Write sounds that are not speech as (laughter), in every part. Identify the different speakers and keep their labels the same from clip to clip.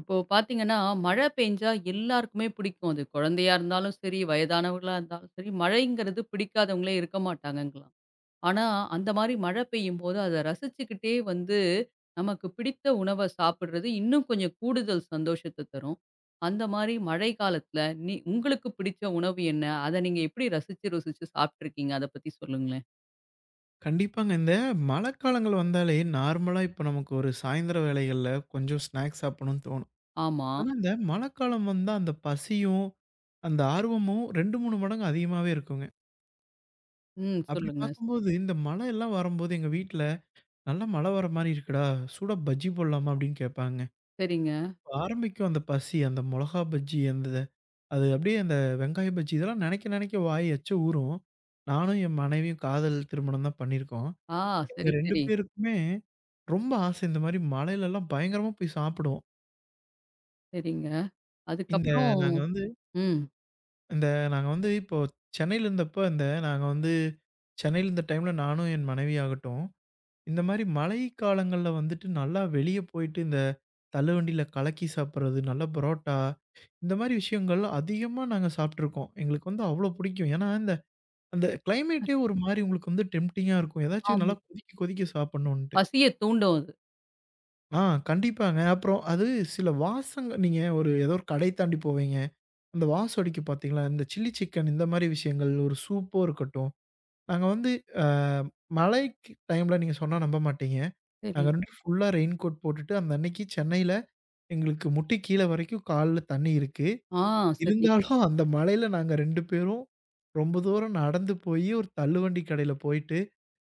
Speaker 1: இப்போ பார்த்தீங்கன்னா, மழை பெஞ்சா எல்லாருக்குமே பிடிக்கும். அது குழந்தையா இருந்தாலும் சரி, வயதானவர்களா இருந்தாலும் சரி, மழைங்கிறது பிடிக்காதவங்களே இருக்க மாட்டாங்கங்களாம். ஆனா, அந்த மாரி மழை பெய்யும்போது அத ரசிச்சுக்கிட்டே வந்து, நமக்கு பிடித்த உணவ சாப்பிடுறது இன்னும் கொஞ்சம் கூடுதல் சந்தோஷத்த தரும். அந்த மாரி மழை காலத்துல நீ உங்களுக்கு பிடிச்ச உணவு என்ன? அத நீங்க எப்படி ரசிச்சு ருசிச்சு சாப்பிட்டுருக்கீங்க? அத பத்தி சொல்லுங்களேன்.
Speaker 2: கண்டிப்பாங்க. இந்த மழைக்காலங்கள் வந்தாலே நார்மலா இப்ப நமக்கு ஒரு சாயந்திர வேளைகள்ல கொஞ்சம் ஸ்நாக்ஸ் சாப்பிடணும்னு தோணும்.
Speaker 1: ஆமா.
Speaker 2: ஆனா, இந்த மழைக்காலம் வந்தா அந்த பசியும், அந்த ஆர்வமும் 2, 3 மடங்கு அதிகமாவே இருக்குங்க.
Speaker 1: ம்.
Speaker 2: அப்படி
Speaker 1: சொல்லுங்க.
Speaker 2: பார்க்கும்போது இந்த மழை எல்லாம் வரும்போது எங்க வீட்ல, "நல்லா மழை வர மாரி இருக்குடா, சூடா பஜ்ஜி போடலாமா?" அப்படின்னு கேட்பாங்க.
Speaker 1: சரிங்க.
Speaker 2: இப்ப ஆரம்பிக்கும் அந்த பசி, அந்த மொளகா பஜ்ஜி, அந்த அது அப்படியே அந்த வெங்காய பஜ்ஜி இதெல்லாம் நெனைக்க நெனைக்க வாய் எச்ச ஊரும். நானும் என் மனைவியும் காதல் திருமணம் தான் பண்ணியிருக்கோம்.
Speaker 1: ஆ.
Speaker 2: இந்த
Speaker 1: சரி,
Speaker 2: 2
Speaker 1: சரி.
Speaker 2: பேருக்குமே ரொம்ப ஆசை. இந்த மாரி மலையிலலாம் பயங்கரமா போய் சாப்பிடுவோம்.
Speaker 1: சரிங்க.
Speaker 2: இந்த
Speaker 1: அதுக்கப்புறம்.
Speaker 2: நாங்க வந்து
Speaker 1: ம்.
Speaker 2: இந்த நாங்க வந்து இப்போ சென்னையில இருந்தப்ப இந்த நாங்க வந்து சென்னையில இருந்த டைம்ல நானும் என் மனைவி ஆகட்டும், இந்த மாரி மழை காலங்கள்ல வந்துட்டு நல்லா வெளிய போயிட்டு இந்த தள்ளுவண்டியில கலக்கி சாப்பிடுறது, நல்ல பரோட்டா, இந்த மாரி விஷயங்கள் அதிகமா நாங்க சாப்பிட்டுருக்கோம். எங்களுக்கு வந்து அவ்ளோ பிடிக்கும். ஏன்னா, இந்த அந்த கிளைமேட்டே ஒரு மாரி உங்களுக்கு வந்து டெம்ப்டிங்கா இருக்கும். ஏதாச்சும்
Speaker 1: ஆமா.
Speaker 2: நல்லா கொதிக்க கொதிக்க சாப்பிடணுன்ட்டு.
Speaker 1: பசிய தூண்டும் அது.
Speaker 2: ஆ கண்டிப்பாங்க. அப்புறம் அது சில வாசங்க நீங்க ஒரு ஏதோ ஒரு கடை தாண்டி போவீங்க. அந்த வாசம் அடிக்கும் பார்த்தீங்களா? இந்த சில்லி சிக்கன் இந்த மாரி விஷயங்கள் ஒரு சூப்பும் இருக்கட்டும். நாங்க வந்து அ மழைக்கு டைம்ல நீங்க சொன்னா நம்ப மாட்டீங்க.
Speaker 1: சரி.
Speaker 2: நாங்க 2 பேரும் ஃபுல்லா ரெயின் கோட் போட்டுட்டு அந்த அன்னைக்கு சென்னையில எங்களுக்கு முட்டி கீழ வரைக்கும் கால்ல தண்ணி இருக்கு.
Speaker 1: ஆ. சரி.
Speaker 2: இருந்தாலும் அந்த மழையில நாங்க 2 பேரும் ரொம்ப தூரம் நடந்து போயி ஒரு தள்ளுவண்டி கடையில போயிட்டு,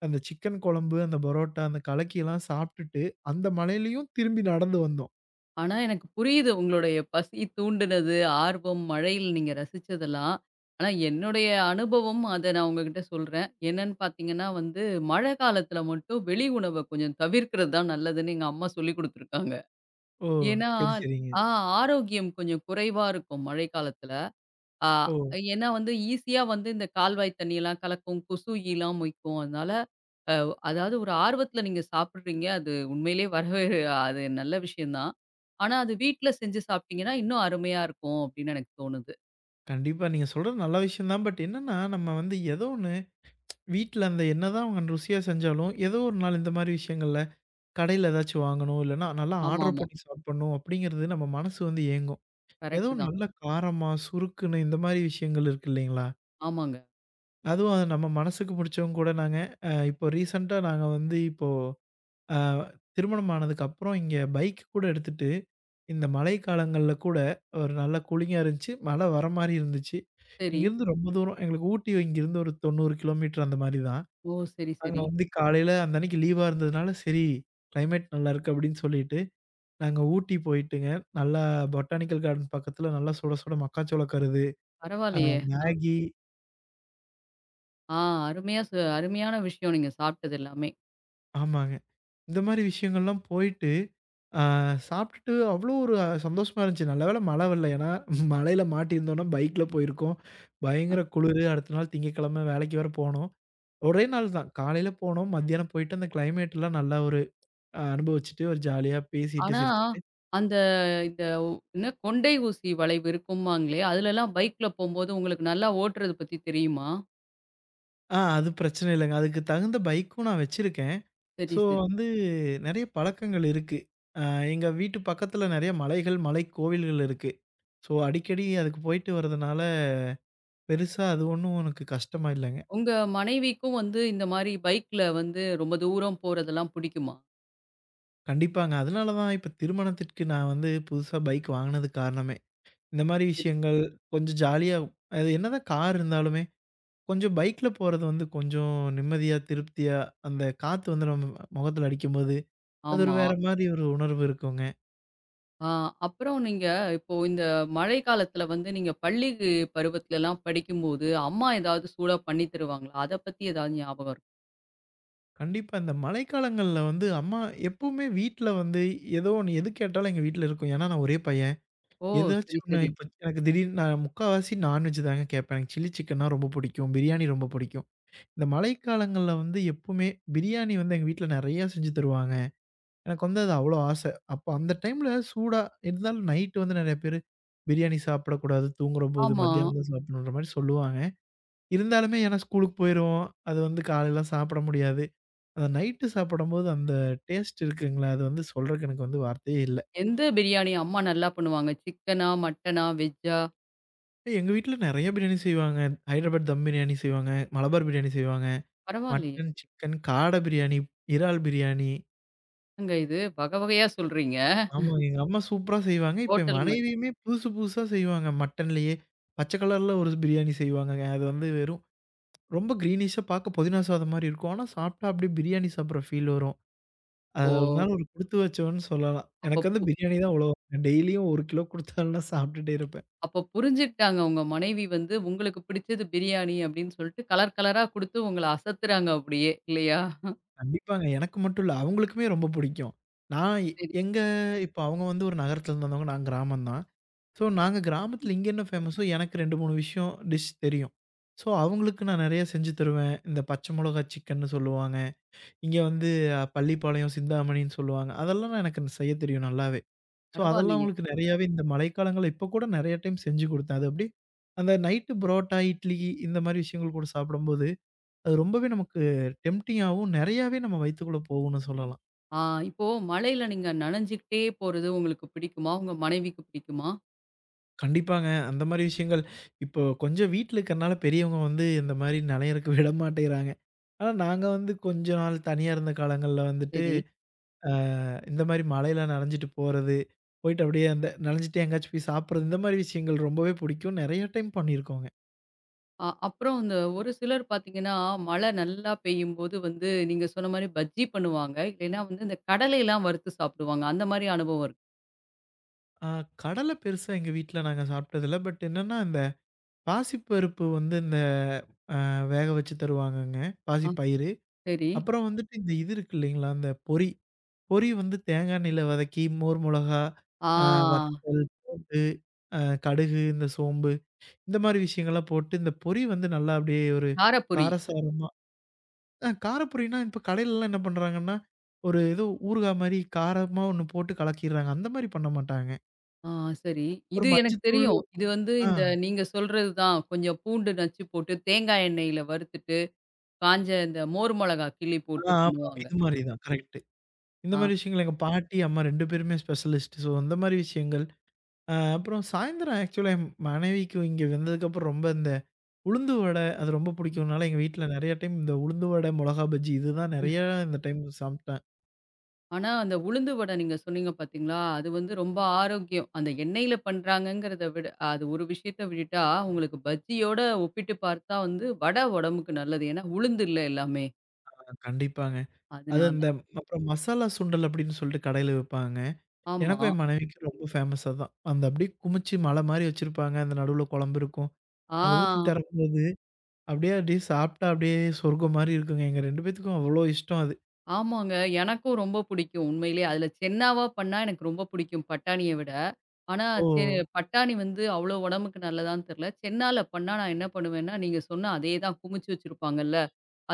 Speaker 2: அந்த சிக்கன் குழம்பு, அந்த பரோட்டா, அந்த கலக்கிலாம் சாப்ட்டுட்டு, அந்த மழையிலயும் திரும்பி நடந்து வந்தோம்.
Speaker 1: ஆனா எனக்கு புரியுது உங்களுடைய பசி தூண்டுனது, ஆர்வம், மழையில் நீங்க ரசிச்சதெல்லாம். ஆனா என்னுடைய அனுபவம் அத நான் உங்ககிட்ட சொல்றேன். என்னன்னு பார்த்தீங்கன்னா வந்து, மழை காலத்துல மட்டும் வெளி உணவ கொஞ்சம் தவிர்க்கிறது தான் நல்லதுன்னு எங்க அம்மா சொல்லிக் குடுத்துருக்காங்க.
Speaker 2: ஓ!
Speaker 1: ஏன்னா,
Speaker 2: சரி, சரிங்க.
Speaker 1: ஆ ஆரோக்கியம் கொஞ்சம் குறைவா இருக்கும் மழை காலத்துல. ஆ
Speaker 2: ஓ!
Speaker 1: ஏன்னா வந்து ஈஸியா வந்து இந்த கால்வாய் தண்ணியெல்லாம் கலக்கும், கொசு ஈலாம் மொய்க்கும். அதனால அ அதாவது ஒரு ஆர்வத்தில நீங்க சாப்பிடுறீங்க. அது உண்மையிலேயே வரவே அது நல்ல விஷயம் தான். ஆனா அது வீட்ல செஞ்சு சாப்பிட்டீங்கன்னா, இன்னும் அருமையா இருக்கும் அப்படின்னு எனக்கு தோணுது.
Speaker 2: கண்டிப்பா. நீங்க சொல்றது நல்ல விஷயம் தான். பட் என்னன்னா, நம்ம வந்து ஏதோ ஒண்ணு வீட்ல அந்த என்னதான் அவங்க ருசியா செஞ்சாலும், ஏதோ ஒரு நாள் இந்த மாரி விஷயங்கள்ல கடையில ஏதாச்சும் வாங்கணும், இல்லன்னா நல்லா ஆர்டர்
Speaker 1: ஆமாமா.
Speaker 2: பண்ணி சாப்பிடணும் அப்படிங்கிறது நம்ம மனசு வந்து ஏங்கும். ஏதோ
Speaker 1: கரெக்ட்டு தான்.
Speaker 2: நல்ல காரமா, சுருக்குன்னு இந்த மாரி விஷயங்கள் இருக்கு இல்லைங்களா?
Speaker 1: ஆமாங்க.
Speaker 2: அதுவும் அது நம்ம மனசுக்கு புடிச்சவங்க கூட நாங்க இப்போ ரீசென்ட்டா நாங்க வந்து இப்போ அ திருமணம் ஆனதுக்கு அப்புறம் இங்க பைக் கூட எடுத்துட்டு இந்த மழைக்காலங்கள்ல கூட ஒரு நல்ல கூலிங்கா இருந்துச்சு. மழை வர மாரி இருந்துச்சு.
Speaker 1: சரி.
Speaker 2: இங்கேருந்து ரொம்ப தூரம் எங்களுக்கு ஊட்டி இங்கேருந்து ஒரு 90 கிலோமீட்டர் அந்த மாரி தான்.
Speaker 1: ஓ! சரி,
Speaker 2: நாங்க
Speaker 1: சரி.
Speaker 2: வந்து காலையில அந்த அன்னைக்கு லீவா இருந்ததுனால, சரி கிளைமேட் நல்லா இருக்கு அப்டின்னு சொல்லிட்டு, நாங்க ஊட்டி போயிட்டுங்க. நல்லா பொட்டானிக்கல் கார்டன் பக்கத்துல நல்லா சுட சுட மக்காச்சோள கருது, அ
Speaker 1: பரவாயில்லையே! ஆ,
Speaker 2: மேகி.
Speaker 1: ஆ. அருமையா ச அருமையான விஷயம் நீங்க சாப்பிட்டது எல்லாமே.
Speaker 2: ஆமாங்க. இந்த மாரி விஷயங்கள்லாம் போயிட்டு, ஆ சாப்பிட்டுட்டு அவ்ளோ ஒரு சந்தோஷமா இருந்துச்சு. நல்ல வேள மழை வரல. ஏன்னா, மழையில மாட்டியிருந்தோம்னா பைக்ல போயிருக்கோம். பயங்கர குளிரு. அடுத்த நாள் திங்கட்கிழமை வேலைக்கு வேற போனோம். ஒரே நாள் தான். காலையில போனோம். மத்தியானம் போயிட்டு அந்த கிளைமேட்லாம் நல்லா ஒரு அனுபவிச்சுட்டு, ஒரு ஜாலியா பேசிட்டு,
Speaker 1: ஆனா,
Speaker 2: சிரிச்சுட்டு.
Speaker 1: அந்த இந்த என்ன கொண்டை ஊசி வளைவு இருக்கும்பாங்களே, அதுலலாம் பைக்ல போம்போது உங்களுக்கு நல்லா ஓட்டுறது பத்தி தெரியுமா?
Speaker 2: அது பிரச்சனை இல்லங்க. அதுக்கு தகுந்த பைக்கும் நான் வச்சிருக்கேன்.
Speaker 1: சரி,
Speaker 2: ஸோ
Speaker 1: சரி.
Speaker 2: வந்து நெறைய பழக்கங்கள் இருக்கு. ஆ எங்க வீட்டு பக்கத்துல நெறைய மலைகள், மலைக்கோவில்கள் இருக்கு. ஸோ அடிக்கடி அதுக்கு போயிட்டு வரதுனால பெருசா அது ஒண்ணும் எனக்கு கஷ்டமா இல்லங்க.
Speaker 1: உங்க மனைவிக்கும் வந்து இந்த மாரி பைக்ல வந்து ரொம்ப தூரம் போறதெல்லாம் புடிக்குமா?
Speaker 2: கண்டிப்பாங்க. அதனால தான் இப்ப திருமணத்திற்கு நான் வந்து புதுசா பைக் வாங்குனதுக்கு காரணமே. இந்த மாரி
Speaker 1: சரி.
Speaker 2: விஷயங்கள் கொஞ்சம் ஜாலியா அது என்னதான் கார் இருந்தாலுமே, கொஞ்சம் பைக்ல போறது வந்து கொஞ்சம் நிம்மதியா, திருப்தியா அந்த காத்து வந்து நம்ம முகத்துல அடிக்கும்போது, அது ஒரு
Speaker 1: ஆமா.
Speaker 2: வேற மாரி ஒரு உணர்வு இருக்குங்க.
Speaker 1: ஆ அப்புறம் நீங்க இப்போ இந்த மழை காலத்துல வந்து நீங்க பள்ளி பருவத்துலலாம் படிக்கும்போது, அம்மா ஏதாவது சூடா பண்ணி தருவாங்களா? அத பத்தி ஏதாவது ஞாபகம் இருக்கா?
Speaker 2: கண்டிப்பா இந்த மழைக்காலங்கள்ல வந்து அம்மா எப்பவுமே வீட்ல வந்து ஏதோ ஒண்ணு எது கேட்டாலும் எங்க வீட்ல இருக்கும். ஏன்னா நான் ஒரே பையன்.
Speaker 1: ஓ! சரி,
Speaker 2: ஏதாச்சும் ஒண்ணு
Speaker 1: சரி.
Speaker 2: இப்ப எனக்கு திடீர்னு நான் முக்காவாசி நான்வெஜ் தாங்க கேட்பேன். எனக்கு சில்லி சிக்கன்னா ரொம்ப பிடிக்கும். பிரியாணி ரொம்ப பிடிக்கும். இந்த மழைக்காலங்கள்ல வந்து எப்பவுமே பிரியாணி வந்து எங்க வீட்ல நெறையா செஞ்சு தருவாங்க. எனக்கு வந்து அது அவ்ளோ ஆசை. அப்போ அந்த டைம்ல சூடா இருந்தாலும் நைட் வந்து நெறைய பேரு பிரியாணி சாப்பிடக்கூடாது. தூங்குறபோது
Speaker 1: ஆமா.
Speaker 2: மத்தியானம் தான் சாப்பிடணுன்ற மாரி சொல்லுவாங்க. இருந்தாலுமே ஏன்னா ஸ்கூலுக்கு போயிருவோம். அது வந்து காலையிலலாம் சாப்பிட முடியாது. அந்த நைட்டு சாப்பிடும்போது அந்த டேஸ்ட் இருக்குங்களா, அது வந்து சொல்றக்கு எனக்கு வந்து வார்த்தையே இல்ல.
Speaker 1: எந்த பிரியாணி அம்மா நல்லா பண்ணுவாங்க? சிக்கனா? மட்டனா? வெஜ்ஜா?
Speaker 2: எங்க வீட்ல நெறைய பிரியாணி செய்வாங்க. ஹைதராபாத் தம் பிரியாணி செய்வாங்க, மலபார் பிரியாணி செய்வாங்க,
Speaker 1: பரவாயில்லையே!
Speaker 2: மட்டன், சிக்கன், காடை பிரியாணி, இறால் பிரியாணி.
Speaker 1: என்னங்க இது வக வகையா சொல்றீங்க.
Speaker 2: ஆமா. எங்க அம்மா சூப்பரா செய்வாங்க. இப்ப என்
Speaker 1: ஹோட்டல் மாரி.
Speaker 2: மனைவியுமே புதுசு புதுசா செய்வாங்க. மட்டன்லயே. பச்சை கலர்ல ஒரு பிரியாணி செய்வாங்கங்க. அது வந்து வெறும் ரொம்ப கிரீனிஷா பார்க்க புதினா சாதம் மாரி இருக்கும். ஆனா சாப்பிட்டா அப்படியே பிரியாணி சாப்பிடுற ஃபீல் வரும்.
Speaker 1: ஓ!
Speaker 2: அது ஒரு நாள் ஒரு குடுத்து வச்சவன்னு சொல்லலாம்.
Speaker 1: அப்ப
Speaker 2: எனக்கு வந்து
Speaker 1: பு
Speaker 2: பிரியாணி தான் அவ்வளோ டெய்லியும் 1 கிலோ குடுத்தாலும்னா சாப்பிட்டுட்டே இருப்பேன்.
Speaker 1: அப்ப புரிஞ்சுக்கிட்டாங்க உங்க மனைவி வந்து உங்களுக்கு பிடிச்சது பிரியாணி அப்படின்னு சொல்லிட்டு கலர் கலரா குடுத்து உங்கள அசத்துறாங்க அப்படியே இல்லையா?
Speaker 2: கண்டிப்பாங்க. எனக்கு மட்டும் இல்ல. அவங்களுக்குமே ரொம்ப பிடிக்கும். நான் எ
Speaker 1: சரி,
Speaker 2: எங்க இப்ப அவங்க வந்து ஒரு நகரத்துல இருந்து வந்தவங்க. நான் கிராமம் தான். ஸோ, நாங்க
Speaker 1: சரிங்க.
Speaker 2: கிராமத்தில இங்க என்ன ஃபேமஸோ, எனக்கு 2, 3 விஷயம் டிஷ் தெரியும். ஸோ, அவங்களுக்கு நான் நெறைய செஞ்சு தருவேன். இந்த பச்சை மிளகா சிக்கன்னு சொல்லுவாங்க. இங்க வந்து பள்ளிப்பாளையம் சிந்தாமணின்னு சொல்லுவாங்க. அதெல்லாம் நான் எனக்கு செய்ய தெரியும் நல்லாவே. ஸோ, அதெல்லாம்
Speaker 1: பரவாயில்லையே.
Speaker 2: அவங்களுக்கு நெறையாவே இந்த மழைக்காலங்கள்ல இப்போ கூட நெறைய டைம் செஞ்சு குடுத்தேன். அது அப்படியே அந்த நைட்டு புரோட்டா, இட்லி இந்த மாரி விஷயங்கள் கூட சாப்பிடும்போது, அது ரொம்பவே நமக்கு டெம்ப்டிங்காவும், நெறையாவே நம்ம வயித்துக்குள்ள போகும்னு சொல்லலாம்.
Speaker 1: ஆ இப்போ மழையில நீங்க நனைஞ்சுக்கிட்டே போறது உங்களுக்கு பிடிக்குமா? உங்க மனைவிக்கு பிடிக்குமா?
Speaker 2: கண்டிப்பாங்க. அந்த மாரி விஷயங்கள் இப்போ கொஞ்சம் வீட்ல இருக்கறனால பெரியவங்க வந்து இந்த மாரி நனையறக்கு (laughs) விட மாட்டேங்கிறாங்க. ஆனா நாங்க வந்து கொஞ்ச நாள் தனியா இருந்த காலங்கள்ல வந்துட்டு,
Speaker 1: சரி.
Speaker 2: அ இந்த மாரி மழையில நனஞ்சுட்டு போறது, போயிட்டு அப்படியே அந்த நனஞ்சுட்டு எங்கேயாச்சும் போய் சாப்பிடுறது, இந்த மாரி விஷயங்கள் ரொம்பவே பிடிக்கும். நெறைய டைம் பண்ணியிருக்கோங்க.
Speaker 1: அப்புறம் இந்த ஒரு சிலர் பார்த்தீங்கன்னா, மழை நல்லா பெய்யும்போது வந்து நீங்க சொன்ன மாரி பஜ்ஜி பண்ணுவாங்க. இல்லைன்னா வந்து இந்த கடலைலாம் வறுத்து சாப்பிடுவாங்க. அந்த மாரி அனுபவம் இருக்கு.
Speaker 2: அ கடல பெருசா எங்க வீட்ல நாங்க சாப்பிட்டதில்ல. பட் என்னன்னா, இந்த பாசிப்பருப்பு வந்து இந்த அ வேக வச்சு தருவாங்கங்க.
Speaker 1: ஆ.
Speaker 2: பாசிப்பயிறு.
Speaker 1: சரி.
Speaker 2: அப்புறம் வந்துட்டு இந்த இது இருக்கு இல்லைங்களா? அந்த பொரி. பொரி வந்து தேங்கா எண்ணெயில வதக்கி, மோர் மொளகா, அ
Speaker 1: ஆ.
Speaker 2: வத்தல், பூண்டு, அ கடுகு, இந்த சோம்பு இந்த மாரி விஷயங்கள்லாம் போட்டு, இந்த பொரி வந்து நல்லா அப்படியே ஒரு
Speaker 1: காரப்பூரி.
Speaker 2: காரசாரமா காரப்பொரின்னா இப்ப கடையிலலாம் என்ன பண்றாங்கன்னா, ஒரு ஏதோ ஊறுகா மாரி காரமா ஒண்ணு போட்டு கலக்கிர்றாங்க. அந்த மாரி பண்ண மாட்டாங்க.
Speaker 1: ஆ. சரி.
Speaker 2: ஒரு
Speaker 1: இது எனக்கு
Speaker 2: மஞ்சத்தூள்.
Speaker 1: தெரியும். இது வந்து
Speaker 2: ஆ,
Speaker 1: இந்த நீங்க சொல்றது தான். கொஞ்சம் பூண்டு நச்சு போட்டு, தேங்காய் எண்ணெயில வறுத்துட்டு, காஞ்ச இந்த மோர் மொளகா கிள்ளி போட்டு
Speaker 2: ஆ ஆமாங்க.
Speaker 1: பண்ணுவாங்க.
Speaker 2: இது மாரி தான். கரெக்ட்டு. இந்த
Speaker 1: ஆ.
Speaker 2: மாரி விஷயங்கள் எங்க பாட்டி, அம்மா 2 பேருமே ஸ்பெஷலிஸ்ட். ஸோ அந்த மாரி விஷயங்கள். அ அப்புறம் சாயந்தரம் ஆக்சுவலா என் மனைவிக்கு இங்க வந்ததுக்கப்புறம் ரொம்ப இந்த உளுந்து வடை அது ரொம்ப பிடிக்கும்னால எங்க வீட்ல நெறைய டைம் இந்த உளுந்து வடை, மிளகா பஜ்ஜி இதுதான் நெறைய இந்த டைம் சாப்பிட்டேன்.
Speaker 1: ஆனா அந்த உளுந்து வடை நீங்க சொன்னீங்க பார்த்தீங்களா, அது வந்து ரொம்ப ஆரோக்கியம். அந்த எண்ணெயில பண்றாங்கங்கிறத விட அது ஒரு விஷயத்த விட்டுட்டா, உங்களுக்கு பஜ்ஜியோட ஒப்பிட்டு பார்த்தா வந்து வடை உடம்புக்கு நல்லது. ஏன்னா உளுந்து இல்ல எல்லாமே.
Speaker 2: அ கண்டிப்பாங்க. அது
Speaker 1: அதனால.
Speaker 2: இந்த அப்புறம் மசாலா சுண்டல் அப்படின்னு சொல்லிட்டு கடையில விப்பாங்க.
Speaker 1: ஆமா.
Speaker 2: எனக்கும் என் மனைவிக்கும் ரொம்ப ஃபேமஸ் அதான். அந்த அப்படியே குமிச்சு மலை மாரி வச்சிருப்பாங்க. அந்த நடுவுல குழம்பு இருக்கும்.
Speaker 1: ஆ.
Speaker 2: அது ஊத்தி தரும்போது அப்படியே அப்படியே சாப்பிட்டா அப்படியே சொர்க்கம் மாரி இருக்குங்க. எங்க 2 பேத்துக்கும் அவ்வளோ இஷ்டம் அது.
Speaker 1: ஆமாங்க. எனக்கும் ரொம்ப பிடிக்கும் உண்மையிலேயே. அதில சென்னாவா பண்ணா எனக்கு ரொம்ப பிடிக்கும் பட்டாணிய விட. ஆனா,
Speaker 2: ஓ!
Speaker 1: செ பட்டாணி வந்து அவ்ளோ உடம்புக்கு நல்லதான்னு தெரியல. சென்னால பண்ணா நான் என்ன பண்ணுவேன்னா, நீங்க சொன்ன அதே தான் குமிச்சு வச்சிருப்பாங்கல்ல.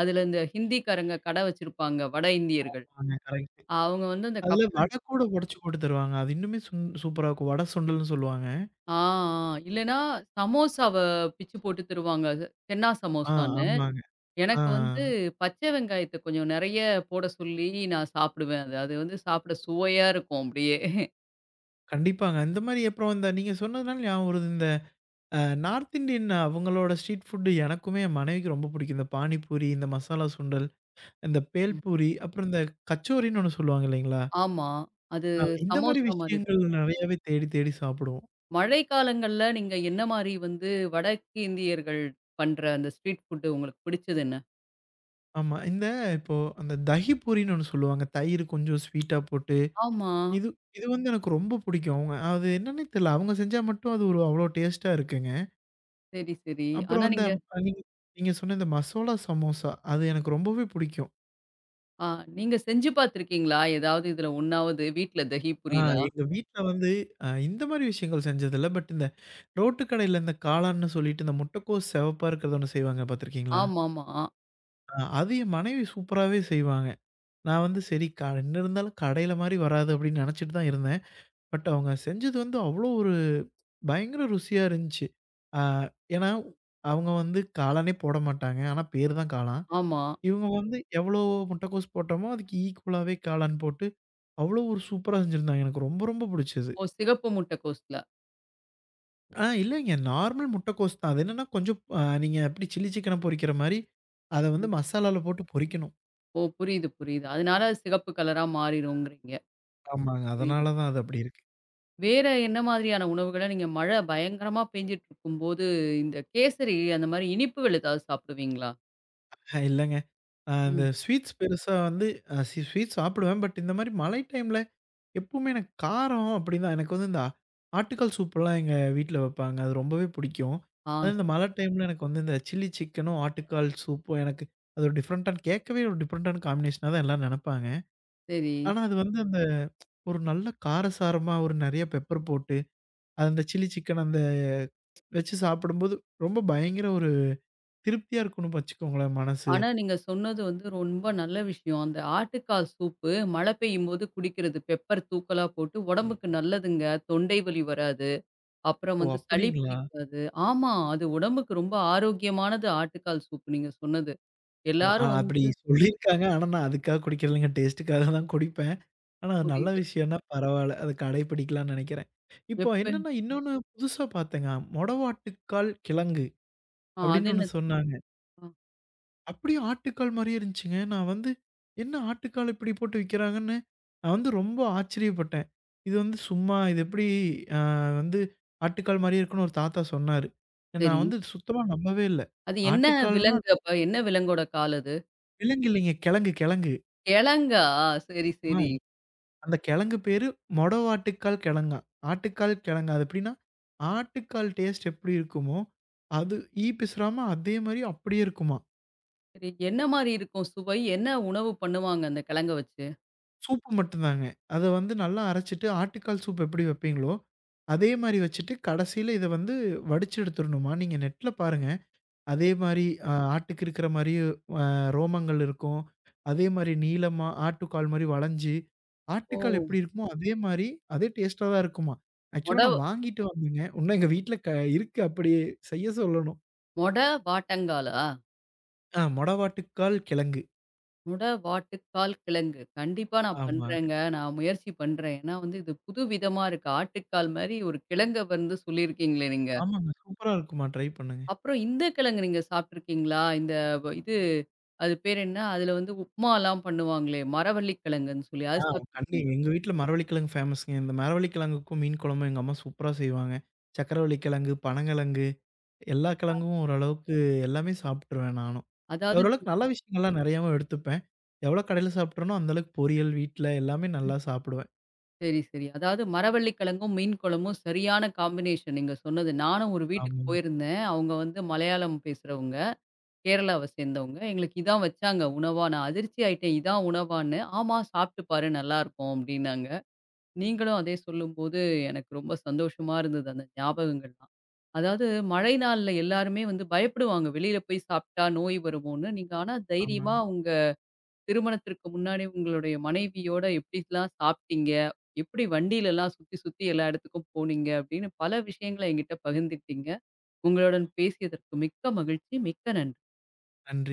Speaker 1: அதுல இந்த ஹிந்திக்காரங்க கடை வச்சிருப்பாங்க, வட இந்தியர்கள்.
Speaker 2: ஆமாங்க கரெக்ட்.
Speaker 1: அவங்க வந்து அந்த
Speaker 2: அதுல
Speaker 1: கப்ல.
Speaker 2: வடை கூட உடைச்சு போட்டு தருவாங்க. அது இன்னுமே சூப்பரா இருக்கும். வடை சுண்டல்னு சொல்லுவாங்க.
Speaker 1: ஆ, ஆ. இல்லன்னா சமோசாவ பிச்சு போட்டு தருவாங்க. அது சென்னா
Speaker 2: ஆ
Speaker 1: சமோசான்னு.
Speaker 2: ஆமாங்க. ஆ.
Speaker 1: எனக்கு வந்து பச்சை வெங்காயத்த கொஞ்சம் நெறைய போட சொல்லி நான் சாப்பிடுவேன். அது அது வந்து சாப்பிட சுவையா இருக்கும் அப்படியே.
Speaker 2: கண்டிப்பாங்க. இந்த மாரி அப்புறம் இந்த நீங்க சொன்னதுனால ஞாபகம் வருது. இந்த அ நார்த் இண்டியன் அவங்களோட ஸ்ட்ரீட் ஃபுட் எனக்குமே என் மனைவிக்கு ரொம்ப பிடிக்கும். இந்த பானிபூரி, இந்த மசாலா சுண்டல், இந்த
Speaker 1: ம்.
Speaker 2: பேல்பூரி, அப்புறம் இந்த கச்சோரின்னு ஒண்ணு சொல்லுவாங்க இல்லைங்களா?
Speaker 1: ஆமா. அது
Speaker 2: அ இந்த மாரி
Speaker 1: சமோசா மாரி
Speaker 2: விஷயங்கள் நெறையாவே தேடி தேடி சாப்பிடுவோம்.
Speaker 1: மழை காலங்கள்ல நீங்க என்ன மாரி வந்து வடக்கிந்தியர்கள் பண்ற அந்த ஸ்ட்ரீட் ஃபுட்டு உங்களுக்கு பிடிச்சது என்ன?
Speaker 2: ஆமா. இந்த இப்போ அந்த தஹி பூரின்னு ஒண்ணு சொல்லுவாங்க. தயிர் கொஞ்சம் ஸ்வீட்டா போட்டு.
Speaker 1: ஆமா.
Speaker 2: இது இது வந்து எனக்கு ரொம்ப பிடிக்கும். அவங்க அது என்னன்னே தெரியல. அவங்க செஞ்சா மட்டும் அது ஒரு அவ்வளோ டேஸ்ட்டா இருக்குங்க.
Speaker 1: சரி, சரி.
Speaker 2: அப்புறம்
Speaker 1: ஆனா
Speaker 2: அந்த
Speaker 1: நீங்க
Speaker 2: நீங்க நீங்க சொன்ன இந்த மசோலா சமோசா அது எனக்கு ரொம்பவே பிடிக்கும்.
Speaker 1: ஆ நீங்க செஞ்சு பார்த்துருக்கீங்களா? ஏதாவது இதுல ஒண்ணாவது வீட்ல தஹி
Speaker 2: ஆ
Speaker 1: பூரிலாம்?
Speaker 2: எங்க வீட்ல வந்து அ இந்த மாரி விஷயங்கள் செஞ்சதில்ல. பட் இந்த ரோட்டு கடையில இந்த காளான்னு சொல்லிட்டு இந்த முட்டைக்கோஸ் செவப்பா இருக்கிறது ஒண்ணு செய்வாங்க பார்த்துருக்கீங்களா?
Speaker 1: ஆமாமா. ஆமா.
Speaker 2: அ அது என் மனைவி சூப்பராவே செய்வாங்க. நான் வந்து சரி க என்ன இருந்தாலும் கடையில மாரி வராது அப்படின்னு நினைச்சிட்டு தான் இருந்தேன். பட் அவங்க செஞ்சது வந்து அவ்வளோ ஒரு பயங்கர ருசியா இருந்துச்சு. ஆ ஏன்னா அவங்க வந்து காளானே போட மாட்டாங்க. ஆனா பேரு தான் காளான்.
Speaker 1: ஆமா.
Speaker 2: இவங்க வந்து எவ்வளோ முட்டைக்கோஸ் போட்டோமோ அதுக்கு ஈக்குவலாவே காளான் போட்டு அவ்வளோ ஒரு சூப்பரா செஞ்சிருந்தாங்க. எனக்கு ரொம்ப ரொம்ப பிடிச்சது.
Speaker 1: ஓ! சிகப்பு முட்டைக்கோஸ்ல.
Speaker 2: ஆ இல்லைங்க. நார்மல் முட்டைக்கோஸ் தான். அது என்னன்னா கொஞ்சம் அ நீங்க எப்படி சில்லி சிக்கன பொரிக்கிற மாரி, அத வந்து
Speaker 1: ம்.
Speaker 2: மசாலால போட்டு பொரிக்கணும்.
Speaker 1: ஓ! புரியுது, புரியுது. அதனால அது சிகப்பு கலரா மாறிருங்கிறீங்க.
Speaker 2: ஆமாங்க.
Speaker 1: புரியுது.
Speaker 2: அதனால தான் அது அப்படி இருக்கு.
Speaker 1: வேற என்ன மாதிரியான உணவுகள நீங்க மழை பயங்கரமா பெஞ்சுட்டு இருக்கும்போது, இந்த கேசரி அந்த மாரி இனிப்புகள் ஏதாவது சாப்பிடுவீங்களா?
Speaker 2: இல்லங்க. அ இந்த
Speaker 1: ம்.
Speaker 2: ஸ்வீட்ஸ் பெருசா வந்து அ சி ஸ்வீட் சாப்பிடுவேன். பட் இந்த மாரி மழை டைம்ல எப்பவுமே எனக்கு காரம் அப்படின்னா, எனக்கு வந்து இந்த ஆட்டுக்கால் சூப்பெல்லாம் எங்க வீட்ல வைப்பாங்க. அது ரொம்பவே பிடிக்கும்.
Speaker 1: ஆ.
Speaker 2: அது இந்த
Speaker 1: சரி,
Speaker 2: மழை டைம்ல எனக்கு வந்து இந்த சில்லி சிக்கனும், ஆட்டுக்கால் சூப்பும் எனக்கு அது ஒரு டிஃப்ரெண்ட்டான கேட்கவே ஒரு டிஃப்ரெண்ட்டான காம்பினேஷனா தான் எல்லாரும் நெனைப்பாங்க.
Speaker 1: சரி.
Speaker 2: ஆனா அது வந்து ஒரு நல்ல காரசாரமா ஒரு நெறைய பெப்பர் போட்டு, அது அந்த சில்லி சிக்கன் அந்த வச்சு சாப்பிடும்போது, ரொம்ப பயங்கர ஒரு திருப்தியா இருக்கும்னு வச்சுக்கோங்களேன் மனசு.
Speaker 1: ஆனா, நீங்க சொன்னது வந்து ரொம்ப நல்ல விஷயம். அந்த ஆட்டுக்கால் சூப்பு மழை பெய்யும்போது குடிக்கிறது. பெப்பர் தூக்கலா போட்டு ம். உடம்புக்கு நல்லதுங்க. தொண்டை வலி வராது. அப்புறம்
Speaker 2: ஓ!
Speaker 1: வந்து சளி
Speaker 2: அப்படிங்களா?
Speaker 1: பிடிக்காது. ஆமா, அது உடம்புக்கு ரொம்ப ஆரோக்கியமானது ஆட்டுக்கால் சூப்பு நீங்க சொன்னது.
Speaker 2: ஓ! அ
Speaker 1: எல்லாரும்
Speaker 2: அப்படி
Speaker 1: வந்து
Speaker 2: சொல்லியிருக்காங்க. ஆனா நான் அதுக்காக குடிக்கிறதில்லங்க. டேஸ்ட்டுக்காக தான் குடிப்பேன். ஆனா அது நல்ல
Speaker 1: புரியுது.
Speaker 2: விஷயம்னா பரவால்ல. அத கடைபிடிக்கலாம்னு நெனைக்கிறேன். இப்போ
Speaker 1: எப்ப
Speaker 2: என்னன்னா இன்னொன்னு புதுசா பார்த்தேங்க. மொடவாட்டுக்கால் கிழங்கு
Speaker 1: ஆ அது
Speaker 2: அப்படின்னு ஒண்ணு
Speaker 1: என்னது?
Speaker 2: சொன்னாங்க.
Speaker 1: ஆ.
Speaker 2: அப்படியே ஆட்டுக்கால் மாரியே இருந்துச்சுங்க. நான் வந்து என்ன ஆட்டுக்கால் இப்படி போட்டு விக்கிறாங்கன்னு, நான் வந்து ரொம்ப ஆச்சரியப்பட்டேன். இது வந்து சும்மா இது எப்படி அ வந்து ஆட்டுக்கால் மாரியே இருக்குன்னு ஒரு தாத்தா சொன்னாரு. நான்
Speaker 1: சரி.
Speaker 2: வந்து சுத்தமா நம்பவே இல்ல.
Speaker 1: அது என்ன
Speaker 2: ஆட்டுக்கால்னா அது
Speaker 1: விலங்கு அப்ப? என்ன விலங்கோட கால் அது?
Speaker 2: விலங்கு இல்லைங்க. கெழங்கு, கெழங்கு.
Speaker 1: கிழங்கா? சரி,
Speaker 2: ஆ.
Speaker 1: சரி.
Speaker 2: அந்த கெழங்கு பேரு மொடவாட்டுக்கால் கெழங்காம். ஆட்டுக்கால் கெழங்கு. அது எப்படின்னா, ஆட்டுக்கால் டேஸ்ட் எப்படி இருக்குமோ, அது ஈ பிசுறாம அதே மாரி அப்படியே இருக்குமா.
Speaker 1: சரி என்ன மாரி இருக்கும் சுவை? என்ன உணவு பண்ணுவாங்க அந்த கிழங்க வச்சு?
Speaker 2: சூப்பு மட்டும் தாங்க. அத வந்து நல்லா அரைச்சுட்டு ஆட்டுக்கால் சூப் எப்படி வைப்பீங்களோ, அதே மாரி வச்சுட்டு கடைசியில இத வந்து வடிச்சு எடுத்துரணுமா. நீங்க நெட்ல பாருங்க. அதே மாரி அ ஆட்டுக்கு இருக்கிற மாரியே அ ரோமங்கள் இருக்கும். அதே மாரி நீளமா ஆட்டுக்கால் மாரி வளைஞ்சு,
Speaker 1: ஓ!
Speaker 2: ஆட்டுக்கால் எப்படி இருக்குமோ அதே மாரி அதே டேஸ்ட்டா தான் இருக்குமா.
Speaker 1: மொட
Speaker 2: ஆக்சுவலா நான் வாங்கிட்டு வந்தேங்க. இன்னும் எங்க வீட்ல இருக்கு அப்படியே செய்ய சொல்லணும்.
Speaker 1: மொட வாட்டங்காலா?
Speaker 2: ஆ மொடவாட்டுக்கால் கிழங்கு.
Speaker 1: முட வாட்டுக்கால் கிழங்கு. கண்டிப்பா நான்
Speaker 2: ஆமாங்க.
Speaker 1: பண்றேங்க. நான் முயற்சி பண்றேன். ஏன்னா வந்து இது புதுவிதமா இருக்கு. ஆட்டுக்கால் மாரி ஒரு கிழங்க வந்து சொல்லியிருக்கீங்களே நீங்க.
Speaker 2: ஆமாங்க. சூப்பரா இருக்குமா. ட்ரை பண்ணுங்க.
Speaker 1: அப்புறம் இந்த கிழங்கு நீங்க சாப்ட்டுருக்கீங்களா? இந்த இது அது பேர் என்ன? அதுல வந்து உப்மாலாம் பண்ணுவாங்களே! மரவள்ளி கிழங்குன்னு சொல்லி.
Speaker 2: ஆ
Speaker 1: அது சாப்ட்டுருக்கீங்களா?
Speaker 2: எங்க வீட்ல மரவள்ளிக்கிழங்கு ஃபேமஸ்ங்க. இந்த மரவள்ளிக்கிழங்குக்கும் மீன் குழம்பும் எங்க அம்மா சூப்பரா செய்வாங்க. சக்கரவள்ளிக்கிழங்கு, பனங்கிழங்கு எல்லா கிழங்கும் ஓரளவுக்கு எல்லாமே சாப்பிட்டுருவேன் நானும்.
Speaker 1: அதாவது நீங்க.
Speaker 2: ஓரளவுக்கு நல்ல விஷயங்கள்லாம் நெறையாவும் எடுத்துப்பேன். எவ்வளோ கடையில சாப்பிட்றேனோ அந்த அளவுக்கு பொரியல், வீட்ல எல்லாமே நல்லா சாப்பிடுவேன்.
Speaker 1: சரி, சரி. அதாவது மரவள்ளி கிழங்கும், மீன் குழம்பும் சரியான காம்பினேஷன் நீங்க சொன்னது. நானும் ஒரு வீட்டுக்கு
Speaker 2: ஆமாங்க,
Speaker 1: போயிருந்தேன். அவங்க வந்து மலையாளம் பேசுறவங்க. கேரளாவ சேர்ந்தவங்க. எங்களுக்கு இதான் வச்சாங்க உணவா. நான் அதிர்ச்சி ஆயிட்டேன். இதான் உணவான்னு. ஆமா சாப்பிட்டு பாரு நல்லாருக்கும் அப்டின்னாங்க. நீங்களும் அதே சொல்லும்போது எனக்கு ரொம்ப சந்தோஷமா இருந்தது அந்த ஞாபகங்கள்லாம். அதாவது மழை நாள்ல எல்லாருமே வந்து பயப்படுவாங்க. வெளியில போய் சாப்ட்டா நோய் வருமோன்னு. நீங்க ஆனா தைரியமா
Speaker 2: ஆமாங்க.
Speaker 1: உங்க திருமணத்திற்கு முன்னாடி உங்களுடைய மனைவியோட எப்படிலாம் சாப்ட்டீங்க? எப்படி வண்டியிலலாம் சுத்தி சுத்தி எல்லா இடத்துக்கும் போனீங்க? அப்படின்னு பல விஷயங்கள என்கிட்ட பகிர்ந்துக்கிட்டீங்க. உங்களுடன் பேசியதற்கு மிக்க மகிழ்ச்சி. மிக்க நன்றி.
Speaker 2: நன்றி.